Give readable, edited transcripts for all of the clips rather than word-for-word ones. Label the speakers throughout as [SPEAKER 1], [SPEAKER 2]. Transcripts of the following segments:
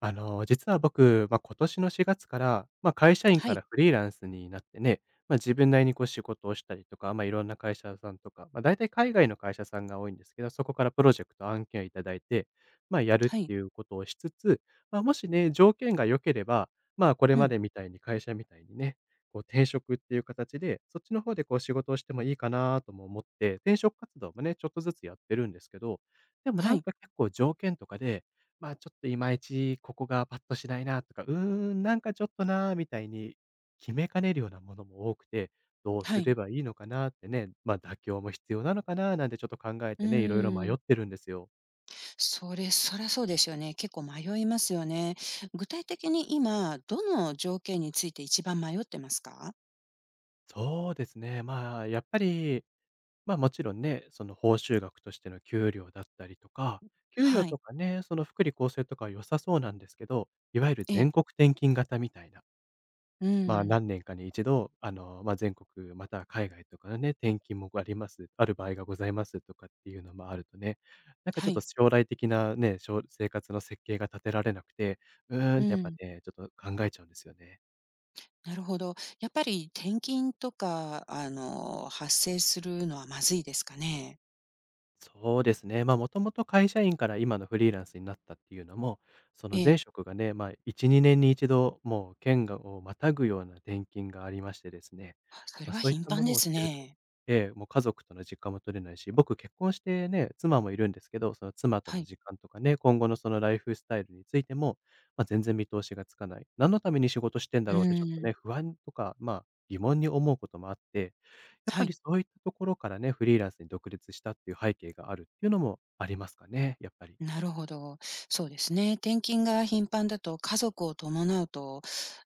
[SPEAKER 1] 実は僕、今年の4月から、会社員
[SPEAKER 2] は
[SPEAKER 1] から
[SPEAKER 2] い、
[SPEAKER 1] フリーランスになってね、自分なりにこう仕事をしたりとか、いろんな会社さんとか、大体海外の会社さんが多いんですけど、そこからプロジェクト案件をいただいて、やるっ
[SPEAKER 2] は
[SPEAKER 1] て
[SPEAKER 2] い、
[SPEAKER 1] いうことをしつつ、もしね、条件が良ければ、これ
[SPEAKER 2] う
[SPEAKER 1] ま
[SPEAKER 2] ん、
[SPEAKER 1] でみたいに会社みたいにね、こう転職っていう形で、そっちの方でこう仕事をしてもいいかなとも思って、転職活動もね、ちょっとずつやってるんですけど、でもな
[SPEAKER 2] は
[SPEAKER 1] ん
[SPEAKER 2] い、
[SPEAKER 1] か結構条件とかでちょっといまいちここがパッとしないなとか、なんかちょっとなみたいに決めかねるようなものも多くて、どう
[SPEAKER 2] は
[SPEAKER 1] すれ
[SPEAKER 2] い。
[SPEAKER 1] ばいいのかなってね、妥協も必要なのかななんてちょっと考え
[SPEAKER 2] う
[SPEAKER 1] てね、いろいろ迷
[SPEAKER 2] ー
[SPEAKER 1] っ
[SPEAKER 2] ん、
[SPEAKER 1] てるんですよ。
[SPEAKER 2] そらそうですよね。結構迷いますよね。具体的に今、どの条件について一番迷ってますか？
[SPEAKER 1] そうですね、まあ、やっぱり、ま、もちろんね、その報酬額としての給料だったりとか、給料
[SPEAKER 2] は
[SPEAKER 1] と
[SPEAKER 2] い、
[SPEAKER 1] かね、その福利厚生とかは良さそうなんですけど、いわゆる
[SPEAKER 2] ええ、
[SPEAKER 1] 全国転勤型みたいな、
[SPEAKER 2] うーん、
[SPEAKER 1] 何年かに一度、全国または海外とかのね、転勤もありますある場合がございますとかっていうのもあるとね、なんかちょ
[SPEAKER 2] は
[SPEAKER 1] っと
[SPEAKER 2] い、
[SPEAKER 1] 将来的なね、生活の設計が立てられなくて、うーん
[SPEAKER 2] う
[SPEAKER 1] ってやっぱ
[SPEAKER 2] ん、
[SPEAKER 1] ね、ちょっと考えちゃうんですよね。
[SPEAKER 2] なるほど。やっぱり転勤とか、発生するのはまずいですかね？
[SPEAKER 1] そうですね。もともと会社員から今のフリーランスになったっていうのも、そ
[SPEAKER 2] え
[SPEAKER 1] の前
[SPEAKER 2] え、
[SPEAKER 1] 職がね、1、2年に一度、もう県をまたぐような転勤がありましてですね、
[SPEAKER 2] あ、それは
[SPEAKER 1] そういっ
[SPEAKER 2] 頻
[SPEAKER 1] たも
[SPEAKER 2] 繁
[SPEAKER 1] の
[SPEAKER 2] で
[SPEAKER 1] をし
[SPEAKER 2] す
[SPEAKER 1] てると、
[SPEAKER 2] ね。
[SPEAKER 1] ええ、もう家族との時間も取れないし、僕結婚してね、妻もいるんですけど、その妻と
[SPEAKER 2] は
[SPEAKER 1] の
[SPEAKER 2] い、
[SPEAKER 1] 時間とかね、今後のそのライフスタイルについても、全然見通しがつかない。何のために仕事してんだ
[SPEAKER 2] うー
[SPEAKER 1] ろうってちょっと
[SPEAKER 2] ん、
[SPEAKER 1] ね、不安とか、疑問に思うこともあって、やっ
[SPEAKER 2] は
[SPEAKER 1] ぱり
[SPEAKER 2] い。
[SPEAKER 1] そういったところからね、フリーランスに独立したっていう背景があるっていうのもありますかね、やっぱり。
[SPEAKER 2] なるほど。そうですね。転勤が頻繁だと家族を伴うと、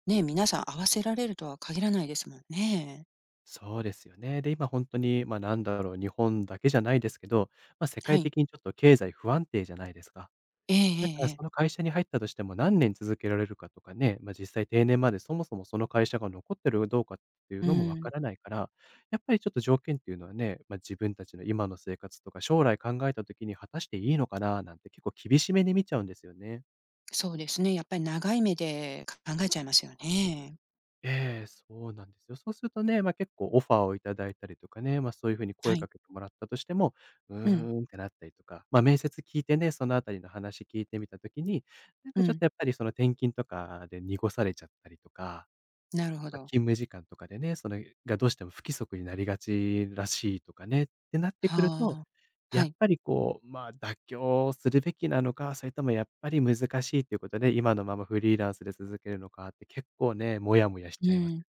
[SPEAKER 2] ね、皆さん合わせられるとは限らないですもんね。
[SPEAKER 1] そうですよね。で、今本当に、なんだろう、日本だけじゃないですけど、世
[SPEAKER 2] は
[SPEAKER 1] 界
[SPEAKER 2] い。
[SPEAKER 1] 的にちょっと経済不安定じゃないですか。
[SPEAKER 2] ええ
[SPEAKER 1] だ
[SPEAKER 2] え
[SPEAKER 1] から
[SPEAKER 2] ええ
[SPEAKER 1] その
[SPEAKER 2] え。
[SPEAKER 1] 会社に入ったとしても何年続けられるかとかね、実際定年までそもそもその会社が残ってるかどうかっていう
[SPEAKER 2] う
[SPEAKER 1] のもわ
[SPEAKER 2] ん。
[SPEAKER 1] からないから、やっぱりちょっと条件っていうのはね、自分たちの今の生活とか将来考えた時に果たしていいのかななんて結構厳しめに見ちゃうんですよね。
[SPEAKER 2] そうですね。やっぱり長い目で考えちゃいますよね。
[SPEAKER 1] ええ、そうなんですよ。そうするとね、結構オファーをいただいたりとかね、そういう風に
[SPEAKER 2] は
[SPEAKER 1] 声か
[SPEAKER 2] い。
[SPEAKER 1] けてもらったとしても、う
[SPEAKER 2] うん、
[SPEAKER 1] ーんってなったりとか、面接聞いてね、そのあたりの話聞いてみたときに、なんか
[SPEAKER 2] う
[SPEAKER 1] ちょっ
[SPEAKER 2] ん。
[SPEAKER 1] とやっぱりその転勤とかで濁されちゃったりとか、
[SPEAKER 2] なるほど。
[SPEAKER 1] 勤務時間とかでね、それがどうしても不規則になりがちらしいとかねってなってくると、
[SPEAKER 2] はあ。は
[SPEAKER 1] やっ
[SPEAKER 2] い。
[SPEAKER 1] ぱりこう、妥協するべきなのか、それともやっぱり難しいということで、今のままフリーランスで続けるのかって結構ね、もやもやし
[SPEAKER 2] う
[SPEAKER 1] ちゃいます。
[SPEAKER 2] ん。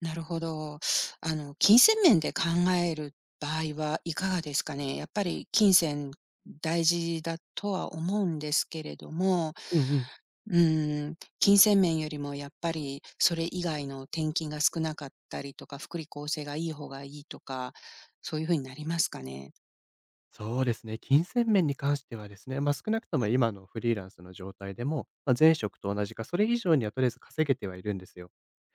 [SPEAKER 2] なるほど。金銭面で考える場合はいかがですかね？やっぱり金銭大事だとは思うんですけれども、
[SPEAKER 1] うんうん。
[SPEAKER 2] うん、金銭面よりもやっぱりそれ以外の転勤が少なかったりとか、福利厚生がいい方がいいとか、そういうふうになりますかね？
[SPEAKER 1] そうですね。金銭面に関してはですね、少なくとも今のフリーランスの状態でも、前職と同じか、それ以上にはとりあえず稼げてはいるんですよ。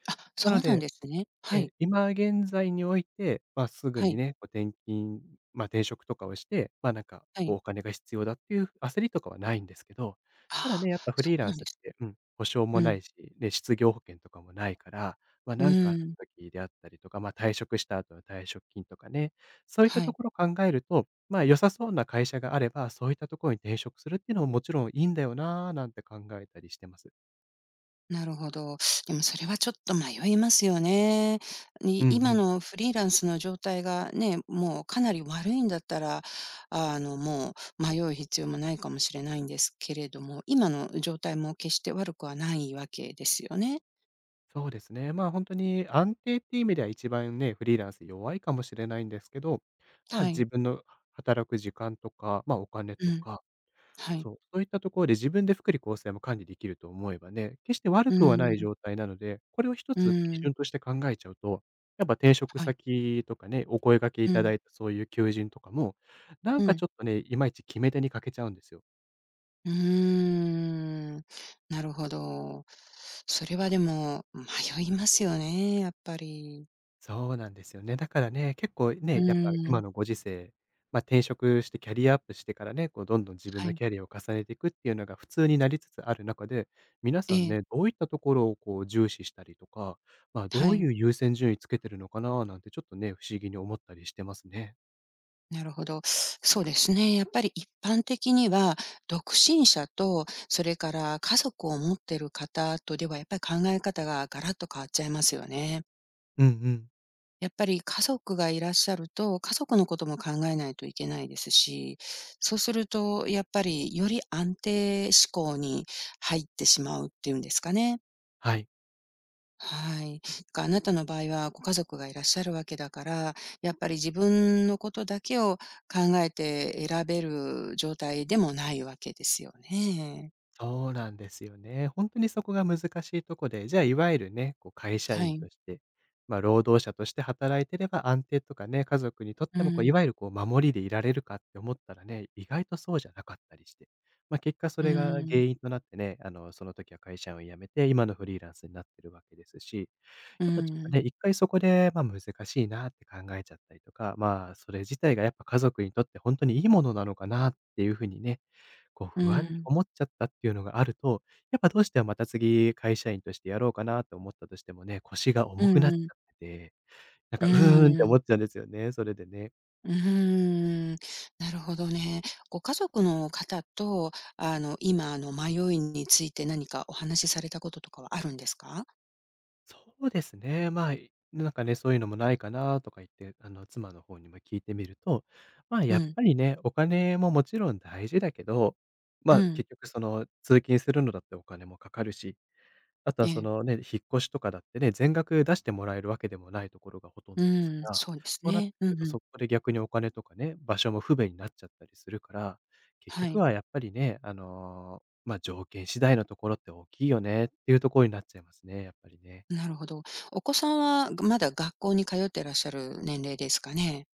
[SPEAKER 2] あ、
[SPEAKER 1] な
[SPEAKER 2] そ
[SPEAKER 1] の
[SPEAKER 2] うなん
[SPEAKER 1] で、
[SPEAKER 2] ですね。は
[SPEAKER 1] ええ、
[SPEAKER 2] い、
[SPEAKER 1] 今現在において、すぐ
[SPEAKER 2] は
[SPEAKER 1] に
[SPEAKER 2] い、
[SPEAKER 1] ね、こう転勤、まあ、転職とかをして、なんか
[SPEAKER 2] は
[SPEAKER 1] こう
[SPEAKER 2] い。
[SPEAKER 1] お金が必要だっていう焦りとかはないんですけど、ただ
[SPEAKER 2] あ
[SPEAKER 1] ね、やっぱ
[SPEAKER 2] あ、
[SPEAKER 1] フ
[SPEAKER 2] そ
[SPEAKER 1] リー
[SPEAKER 2] う
[SPEAKER 1] ラン
[SPEAKER 2] なん
[SPEAKER 1] ス
[SPEAKER 2] で
[SPEAKER 1] っ
[SPEAKER 2] す。
[SPEAKER 1] て、うん、保証
[SPEAKER 2] う
[SPEAKER 1] もな
[SPEAKER 2] ん、
[SPEAKER 1] いし、ね、失業保険とかもないから、
[SPEAKER 2] う
[SPEAKER 1] なんかあっ
[SPEAKER 2] ん、
[SPEAKER 1] た時であったりとか、退職した後の退職金とかね、そういった
[SPEAKER 2] は
[SPEAKER 1] と
[SPEAKER 2] い。
[SPEAKER 1] ころを考えると、良さそうな会社があれば、そういったところに転職するっていうのももちろんいいんだよなぁ、なんて考えたりしてます。
[SPEAKER 2] なるほど。でもそれはちょっと迷いますよね。
[SPEAKER 1] う
[SPEAKER 2] に
[SPEAKER 1] んう
[SPEAKER 2] 今
[SPEAKER 1] ん。
[SPEAKER 2] のフリーランスの状態がね、もうかなり悪いんだったら、もう迷う必要もないかもしれないんですけれども、今の状態も決して悪くはないわけですよね。
[SPEAKER 1] そうですね。本当に安定っていう意味では一番ね、フリーランス弱いかもしれないんですけど、
[SPEAKER 2] は
[SPEAKER 1] 自
[SPEAKER 2] い。
[SPEAKER 1] 分の働く時間とか、お金
[SPEAKER 2] う
[SPEAKER 1] と
[SPEAKER 2] ん。
[SPEAKER 1] か、
[SPEAKER 2] はい。
[SPEAKER 1] そういったところで自分で福利厚生も管理できると思えばね、決して悪
[SPEAKER 2] う
[SPEAKER 1] くはな
[SPEAKER 2] ー
[SPEAKER 1] い
[SPEAKER 2] ん。
[SPEAKER 1] 状態なので、これを一
[SPEAKER 2] う
[SPEAKER 1] つ基
[SPEAKER 2] ん。
[SPEAKER 1] 準として考えちゃうと、やっぱ転職
[SPEAKER 2] はい。
[SPEAKER 1] 先とかね、お声掛けい
[SPEAKER 2] う
[SPEAKER 1] た
[SPEAKER 2] ん。
[SPEAKER 1] だいたそういう求人とかも、なん
[SPEAKER 2] う
[SPEAKER 1] かち
[SPEAKER 2] ん。
[SPEAKER 1] ょっとね、いまいち決め手に欠けちゃうんですよ。
[SPEAKER 2] うーん。なるほど。それはでも迷いますよね、やっぱり。
[SPEAKER 1] そうなんですよね。だからね、結構
[SPEAKER 2] う
[SPEAKER 1] ね、やっぱ今
[SPEAKER 2] ん。
[SPEAKER 1] のご時世、転職してキャリアアップしてからね、こうどんどん自分
[SPEAKER 2] は
[SPEAKER 1] の
[SPEAKER 2] い。
[SPEAKER 1] キャリアを重ねていくっていうのが普通になりつつある中で、皆
[SPEAKER 2] え
[SPEAKER 1] さんね、
[SPEAKER 2] え。
[SPEAKER 1] どういったところをこう重視したりとか、ど
[SPEAKER 2] は
[SPEAKER 1] うい
[SPEAKER 2] い、
[SPEAKER 1] う優先順位つけてるのかななんてちょっとね、不思議に思ったりしてますね。
[SPEAKER 2] なるほど。そうですね。やっぱり一般的には、独身者と、それから家族を持ってる方とでは、やっぱり考え方がガラッと変わっちゃいますよね。
[SPEAKER 1] うんうん。
[SPEAKER 2] やっぱり家族がいらっしゃると、家族のことも考えないといけないですし、そうするとやっぱりより安定志向に入ってしまうっていうんですかね。
[SPEAKER 1] はい。
[SPEAKER 2] はい。あなたの場合はご家族がいらっしゃるわけだから、やっぱり自分のことだけを考えて選べる状態でもないわけですよね。
[SPEAKER 1] そうなんですよね。本当にそこが難しいとこで、じゃあ、いわゆるね、こう会社
[SPEAKER 2] は
[SPEAKER 1] 員
[SPEAKER 2] い。
[SPEAKER 1] として、労働者として働いてれば安定とかね、家族にとっ
[SPEAKER 2] う
[SPEAKER 1] てもこう、い
[SPEAKER 2] ん、
[SPEAKER 1] わゆるこう守りでいられるかって思ったらね、意外とそうじゃなかったりして。結果そ
[SPEAKER 2] う
[SPEAKER 1] れが原
[SPEAKER 2] ん、
[SPEAKER 1] 因となってね、その時は会社員を辞めて、今のフリーランスになってるわけですし。
[SPEAKER 2] う
[SPEAKER 1] やっぱちょっと
[SPEAKER 2] ん、
[SPEAKER 1] ね、一回そこで、難しいなって考えちゃったりとか、それ自体がやっぱ家族にとって本当にいいものなのかなっていう風にね、こう
[SPEAKER 2] うん、
[SPEAKER 1] 不
[SPEAKER 2] う
[SPEAKER 1] 安に思
[SPEAKER 2] ん
[SPEAKER 1] っちゃったっていうのがあると、やっぱどうしてもまた次会社員としてやろうかなと思ったとしてもね、腰が
[SPEAKER 2] う
[SPEAKER 1] 重くなっち
[SPEAKER 2] ん、
[SPEAKER 1] ゃってて、なん
[SPEAKER 2] う
[SPEAKER 1] か、うーんって
[SPEAKER 2] ーん、
[SPEAKER 1] 思っちゃうんですよね、それでね。
[SPEAKER 2] なるほどね。ご家族の方と、今の迷いについて何かお話しされたこととかはあるんですか？
[SPEAKER 1] そうですね。なんかね、そういうのもないかなとか言って、妻の方にも聞いてみると、
[SPEAKER 2] う
[SPEAKER 1] やっ
[SPEAKER 2] ん、
[SPEAKER 1] ぱりね、お金ももちろん大事だけど、
[SPEAKER 2] うん、
[SPEAKER 1] 結局その通勤するのだってお金もかかるし、あと
[SPEAKER 2] え
[SPEAKER 1] はそ
[SPEAKER 2] え、
[SPEAKER 1] のね、引っ越しとかだってね、全額出してもらえるわけでもないところがほとん
[SPEAKER 2] う
[SPEAKER 1] どですか
[SPEAKER 2] ん、
[SPEAKER 1] ら、
[SPEAKER 2] そうです
[SPEAKER 1] そうなって
[SPEAKER 2] ね。
[SPEAKER 1] く
[SPEAKER 2] う
[SPEAKER 1] る
[SPEAKER 2] ん
[SPEAKER 1] と、
[SPEAKER 2] うん、
[SPEAKER 1] そこで逆にお金とかね、場所も不便になっちゃったりするから、結
[SPEAKER 2] は
[SPEAKER 1] 局
[SPEAKER 2] い。
[SPEAKER 1] はやっぱりね、条件次第のところって大きいよねっていうところになっちゃいますね、やっぱりね。
[SPEAKER 2] なるほど。お子さんは、まだ学校に通ってらっしゃる年齢ですかね？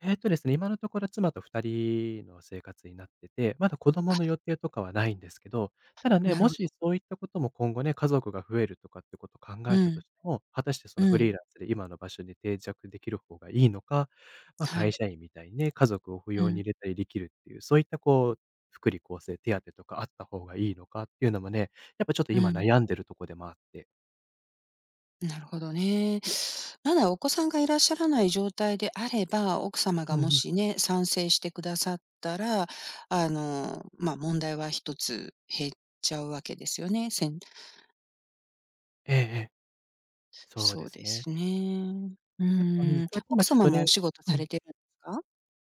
[SPEAKER 1] ですね、今のところ妻と2人の生活になってて、まだ子供の予定とかはないんですけど、ただね、
[SPEAKER 2] なる
[SPEAKER 1] も
[SPEAKER 2] ほ
[SPEAKER 1] し
[SPEAKER 2] ど。
[SPEAKER 1] そういったことも今後ね、家族が増えるとかってことを考
[SPEAKER 2] う
[SPEAKER 1] えたと
[SPEAKER 2] ん、
[SPEAKER 1] しても、果たしてそのフ
[SPEAKER 2] う
[SPEAKER 1] リー
[SPEAKER 2] ん、
[SPEAKER 1] ランスで今の場所に定着できる方がいいのか、まあ、
[SPEAKER 2] は
[SPEAKER 1] 会
[SPEAKER 2] い、
[SPEAKER 1] 社員みたいにね、家族を扶
[SPEAKER 2] う
[SPEAKER 1] 養に
[SPEAKER 2] ん、
[SPEAKER 1] 入れたりできるっていう、そういったこう、福利厚生手当とかあった方がいいのかっていうのもね、やっぱちょっと
[SPEAKER 2] う
[SPEAKER 1] 今
[SPEAKER 2] ん。
[SPEAKER 1] 悩んでるとこでもあって。
[SPEAKER 2] なるほどね。まだお子さんがいらっしゃらない状態であれば、奥様
[SPEAKER 1] う
[SPEAKER 2] が
[SPEAKER 1] んう
[SPEAKER 2] も
[SPEAKER 1] ん。
[SPEAKER 2] しね、賛成してくださったら、まあ、問題は一つ減っちゃうわけですよね。
[SPEAKER 1] ええええ、そう
[SPEAKER 2] そ
[SPEAKER 1] で
[SPEAKER 2] う
[SPEAKER 1] す
[SPEAKER 2] で
[SPEAKER 1] ね。
[SPEAKER 2] すね。う
[SPEAKER 1] やっぱ、うん、
[SPEAKER 2] ん。
[SPEAKER 1] こうやって今
[SPEAKER 2] 奥
[SPEAKER 1] ちょっ
[SPEAKER 2] 様
[SPEAKER 1] と
[SPEAKER 2] も
[SPEAKER 1] ね。
[SPEAKER 2] お仕事
[SPEAKER 1] う
[SPEAKER 2] さ
[SPEAKER 1] ん。
[SPEAKER 2] れてるんですか？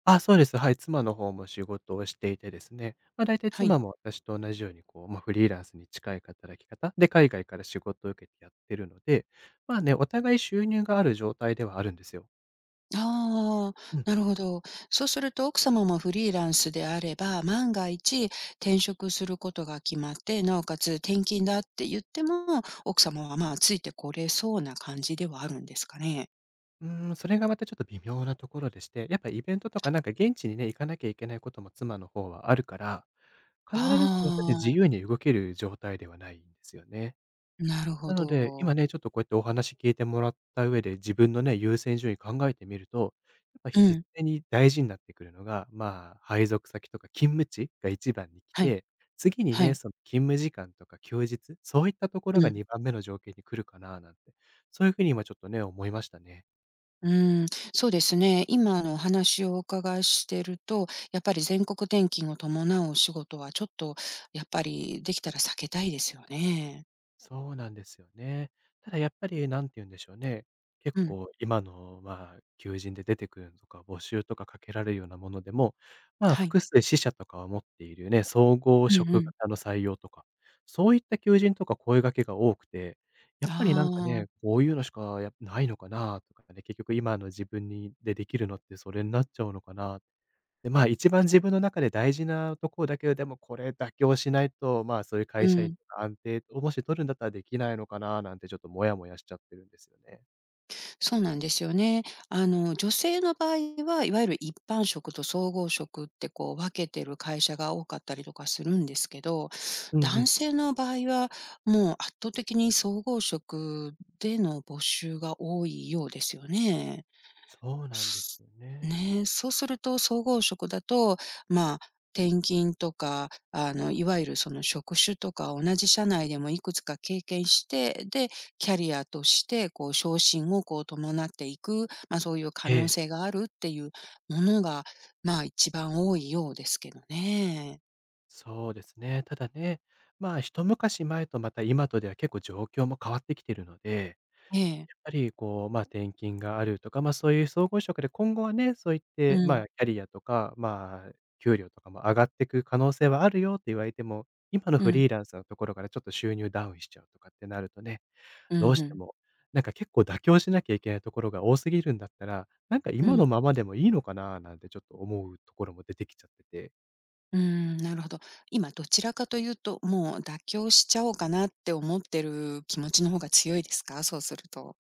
[SPEAKER 1] あ、そうです。はい。妻の方も仕事をしていてですね、まあ、大体
[SPEAKER 2] はい。
[SPEAKER 1] 妻も私と同じようにこう、まあ、フリーランスに近い働き方で、海外から仕事を受けてやってるので、まあね、お互い収入がある状態ではあるんですよ。
[SPEAKER 2] あ
[SPEAKER 1] う
[SPEAKER 2] あ、
[SPEAKER 1] ん。
[SPEAKER 2] なるほど。そうすると奥様もフリーランスであれば、万が一転職することが決まって、なおかつ転勤だって言っても、奥様はまあついてこれそうな感じではあるんですかね？
[SPEAKER 1] うーん、それがまたちょっと微妙なところでして、やっぱイベントとかなんか現地にね、行かなきゃいけないことも妻の方はあるから、必ずしもそれで自
[SPEAKER 2] あ
[SPEAKER 1] 由に動ける状態ではないんですよね。
[SPEAKER 2] あ、なるほ
[SPEAKER 1] なので、今
[SPEAKER 2] ど。
[SPEAKER 1] ね、ちょっとこうやってお話聞いてもらった上で、自分のね、優先順位考えてみると、やっぱ
[SPEAKER 2] う
[SPEAKER 1] 実
[SPEAKER 2] ん、
[SPEAKER 1] 際に大事になってくるのが、まあ、配属先とか勤務地が一番に来
[SPEAKER 2] はい、
[SPEAKER 1] て、次に
[SPEAKER 2] は
[SPEAKER 1] ね、
[SPEAKER 2] い、
[SPEAKER 1] その勤務時間とか休日、そういったところ
[SPEAKER 2] う
[SPEAKER 1] が
[SPEAKER 2] ん、
[SPEAKER 1] 2番目の条件に来るかななんて、そういうふうに今ちょっとね、思いましたね。
[SPEAKER 2] うん、そうですね。今のお話をお伺いしてると、やっぱり全国転勤を伴うお仕事はちょっとやっぱりできたら避けたいですよね。
[SPEAKER 1] そうなんですよね。ただやっぱり、なんて言うんでしょうね、結
[SPEAKER 2] うん、
[SPEAKER 1] 構今の、まあ、求人で出てくるのとか、募集とかかけられるようなものでも、まあ、
[SPEAKER 2] はい。
[SPEAKER 1] 複数支社とかは持っているね、総合
[SPEAKER 2] うんう
[SPEAKER 1] 職
[SPEAKER 2] ん。
[SPEAKER 1] 型の採用とか、そういった求人とか声掛けが多くて、やっ
[SPEAKER 2] あ
[SPEAKER 1] ぱりなんかね、
[SPEAKER 2] あ、
[SPEAKER 1] こういうのしかやないのかなとかね、結局今の自分にでできるのってそれになっちゃうのかな。で、まあ、一番自分の中で大事なところだけど、でもこれ妥協しないと、まあ、そういう
[SPEAKER 2] う
[SPEAKER 1] 会社員
[SPEAKER 2] ん、
[SPEAKER 1] とか安定をもし取るんだったらできないのかななんてちょっとモヤモヤしちゃってるんですよね。
[SPEAKER 2] そうなんですよね。女性の場合は、いわゆる一般職と総合職ってこう分けてる会社が多かったりとかするんですけど、
[SPEAKER 1] うんう
[SPEAKER 2] 男
[SPEAKER 1] ん。
[SPEAKER 2] 性の場合は、もう圧倒的に総合職での募集が多いようですよね。
[SPEAKER 1] そうなんですよね。
[SPEAKER 2] ねえ、そうすると総合職だと、まあ、転勤とか、いわゆるその職種とか同じ社内でもいくつか経験して、で、キャリアとして、こう、昇進をこう伴っていく、ま、そういう可
[SPEAKER 1] え
[SPEAKER 2] 能
[SPEAKER 1] え。
[SPEAKER 2] 性があるっていうものが、まあ、一番多いようですけどね。
[SPEAKER 1] そうですね。ただね、まあ、一昔前とまた今とでは結構状況も変わってきてるので、
[SPEAKER 2] ええ。
[SPEAKER 1] やっぱりこう、まあ、転勤があるとか、まあ、そういう総合職で今後はね、そういっ
[SPEAKER 2] う
[SPEAKER 1] て、ま
[SPEAKER 2] ん、
[SPEAKER 1] あ、キャリアとか、まあ、給料とかも上がっていく可能性はあるよって言われても、今の
[SPEAKER 2] う
[SPEAKER 1] フ
[SPEAKER 2] ん、
[SPEAKER 1] リーランスのところからちょっと収入ダウンしちゃうとかってなるとね、
[SPEAKER 2] う
[SPEAKER 1] どう
[SPEAKER 2] ん、
[SPEAKER 1] し
[SPEAKER 2] う
[SPEAKER 1] て
[SPEAKER 2] ん、
[SPEAKER 1] も、なんか結構妥協しなきゃいけないところが多すぎるんだったら、なんか
[SPEAKER 2] う
[SPEAKER 1] 今
[SPEAKER 2] ん、
[SPEAKER 1] のままでもいいのかななんてちょっと思うところも出てきちゃってて、
[SPEAKER 2] うーん、なるほど。今どちらかというと、もう妥協しちゃおうかなって思ってる気持ちの方が強いですか？そうすると。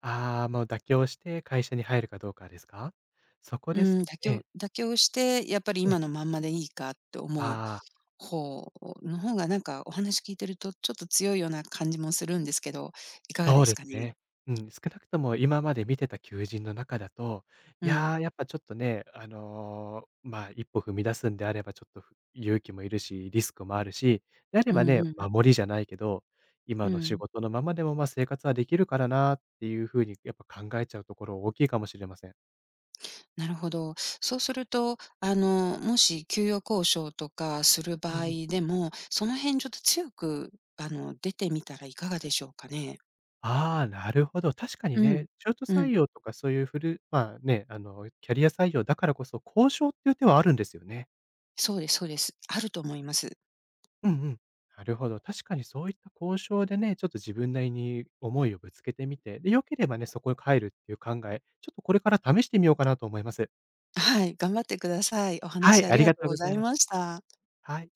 [SPEAKER 1] ああ、もう妥協して会社に入るかどうかですか？そこ
[SPEAKER 2] う
[SPEAKER 1] ですと
[SPEAKER 2] ん、妥協
[SPEAKER 1] ね。
[SPEAKER 2] 妥協して、やっぱり
[SPEAKER 1] ええ、
[SPEAKER 2] 今のまんまでいいかって思う
[SPEAKER 1] ああ、
[SPEAKER 2] 方の方が、なんかお話聞いてると、ちょっと強いような感じもするんですけど、いかが
[SPEAKER 1] そ
[SPEAKER 2] で
[SPEAKER 1] う
[SPEAKER 2] す
[SPEAKER 1] で
[SPEAKER 2] か
[SPEAKER 1] すね。
[SPEAKER 2] ね？
[SPEAKER 1] うん、少なくとも今まで見てた求人の中だと、い
[SPEAKER 2] う
[SPEAKER 1] や、
[SPEAKER 2] ん。
[SPEAKER 1] やっぱちょっとね、あの、まあ、一歩踏み出すんであればちょっと勇気もいるし、リスクもあるし、であれ
[SPEAKER 2] う
[SPEAKER 1] ばね、
[SPEAKER 2] んうん。
[SPEAKER 1] 守りじゃないけど、今
[SPEAKER 2] う
[SPEAKER 1] の仕
[SPEAKER 2] ん。
[SPEAKER 1] 事のままでも、ま、生活はできるからなっていう風にやっぱ考えちゃうところ大きいかもしれません。
[SPEAKER 2] なるほど。そうすると、もし給与交渉とかする
[SPEAKER 1] うんう
[SPEAKER 2] 場合
[SPEAKER 1] ん。
[SPEAKER 2] でも、その辺ちょっと強く、出てみたらいかがでしょうかね？
[SPEAKER 1] ああ、なるほど。確かに
[SPEAKER 2] うん。
[SPEAKER 1] ね、中途
[SPEAKER 2] う
[SPEAKER 1] 採
[SPEAKER 2] ん。
[SPEAKER 1] 用とかそういうフルまあ、ね、あの、キャリア採用だからこそ、交渉っていう手はあるんですよね。
[SPEAKER 2] そうですそうです。あると思います。
[SPEAKER 1] うんうん。なるほど。確かにそういった交渉でね、ちょっと自分なりに思いをぶつけてみて、で、良ければね、そこに帰るっていう考え、ちょっとこれから試してみようかなと思います。
[SPEAKER 2] はい、頑張ってください。お
[SPEAKER 1] は
[SPEAKER 2] 話
[SPEAKER 1] い、
[SPEAKER 2] あ
[SPEAKER 1] あ
[SPEAKER 2] り
[SPEAKER 1] り
[SPEAKER 2] が
[SPEAKER 1] が
[SPEAKER 2] と
[SPEAKER 1] と
[SPEAKER 2] う
[SPEAKER 1] うご
[SPEAKER 2] ご
[SPEAKER 1] ざ
[SPEAKER 2] ざ
[SPEAKER 1] い
[SPEAKER 2] い
[SPEAKER 1] ます。
[SPEAKER 2] ました。
[SPEAKER 1] はい。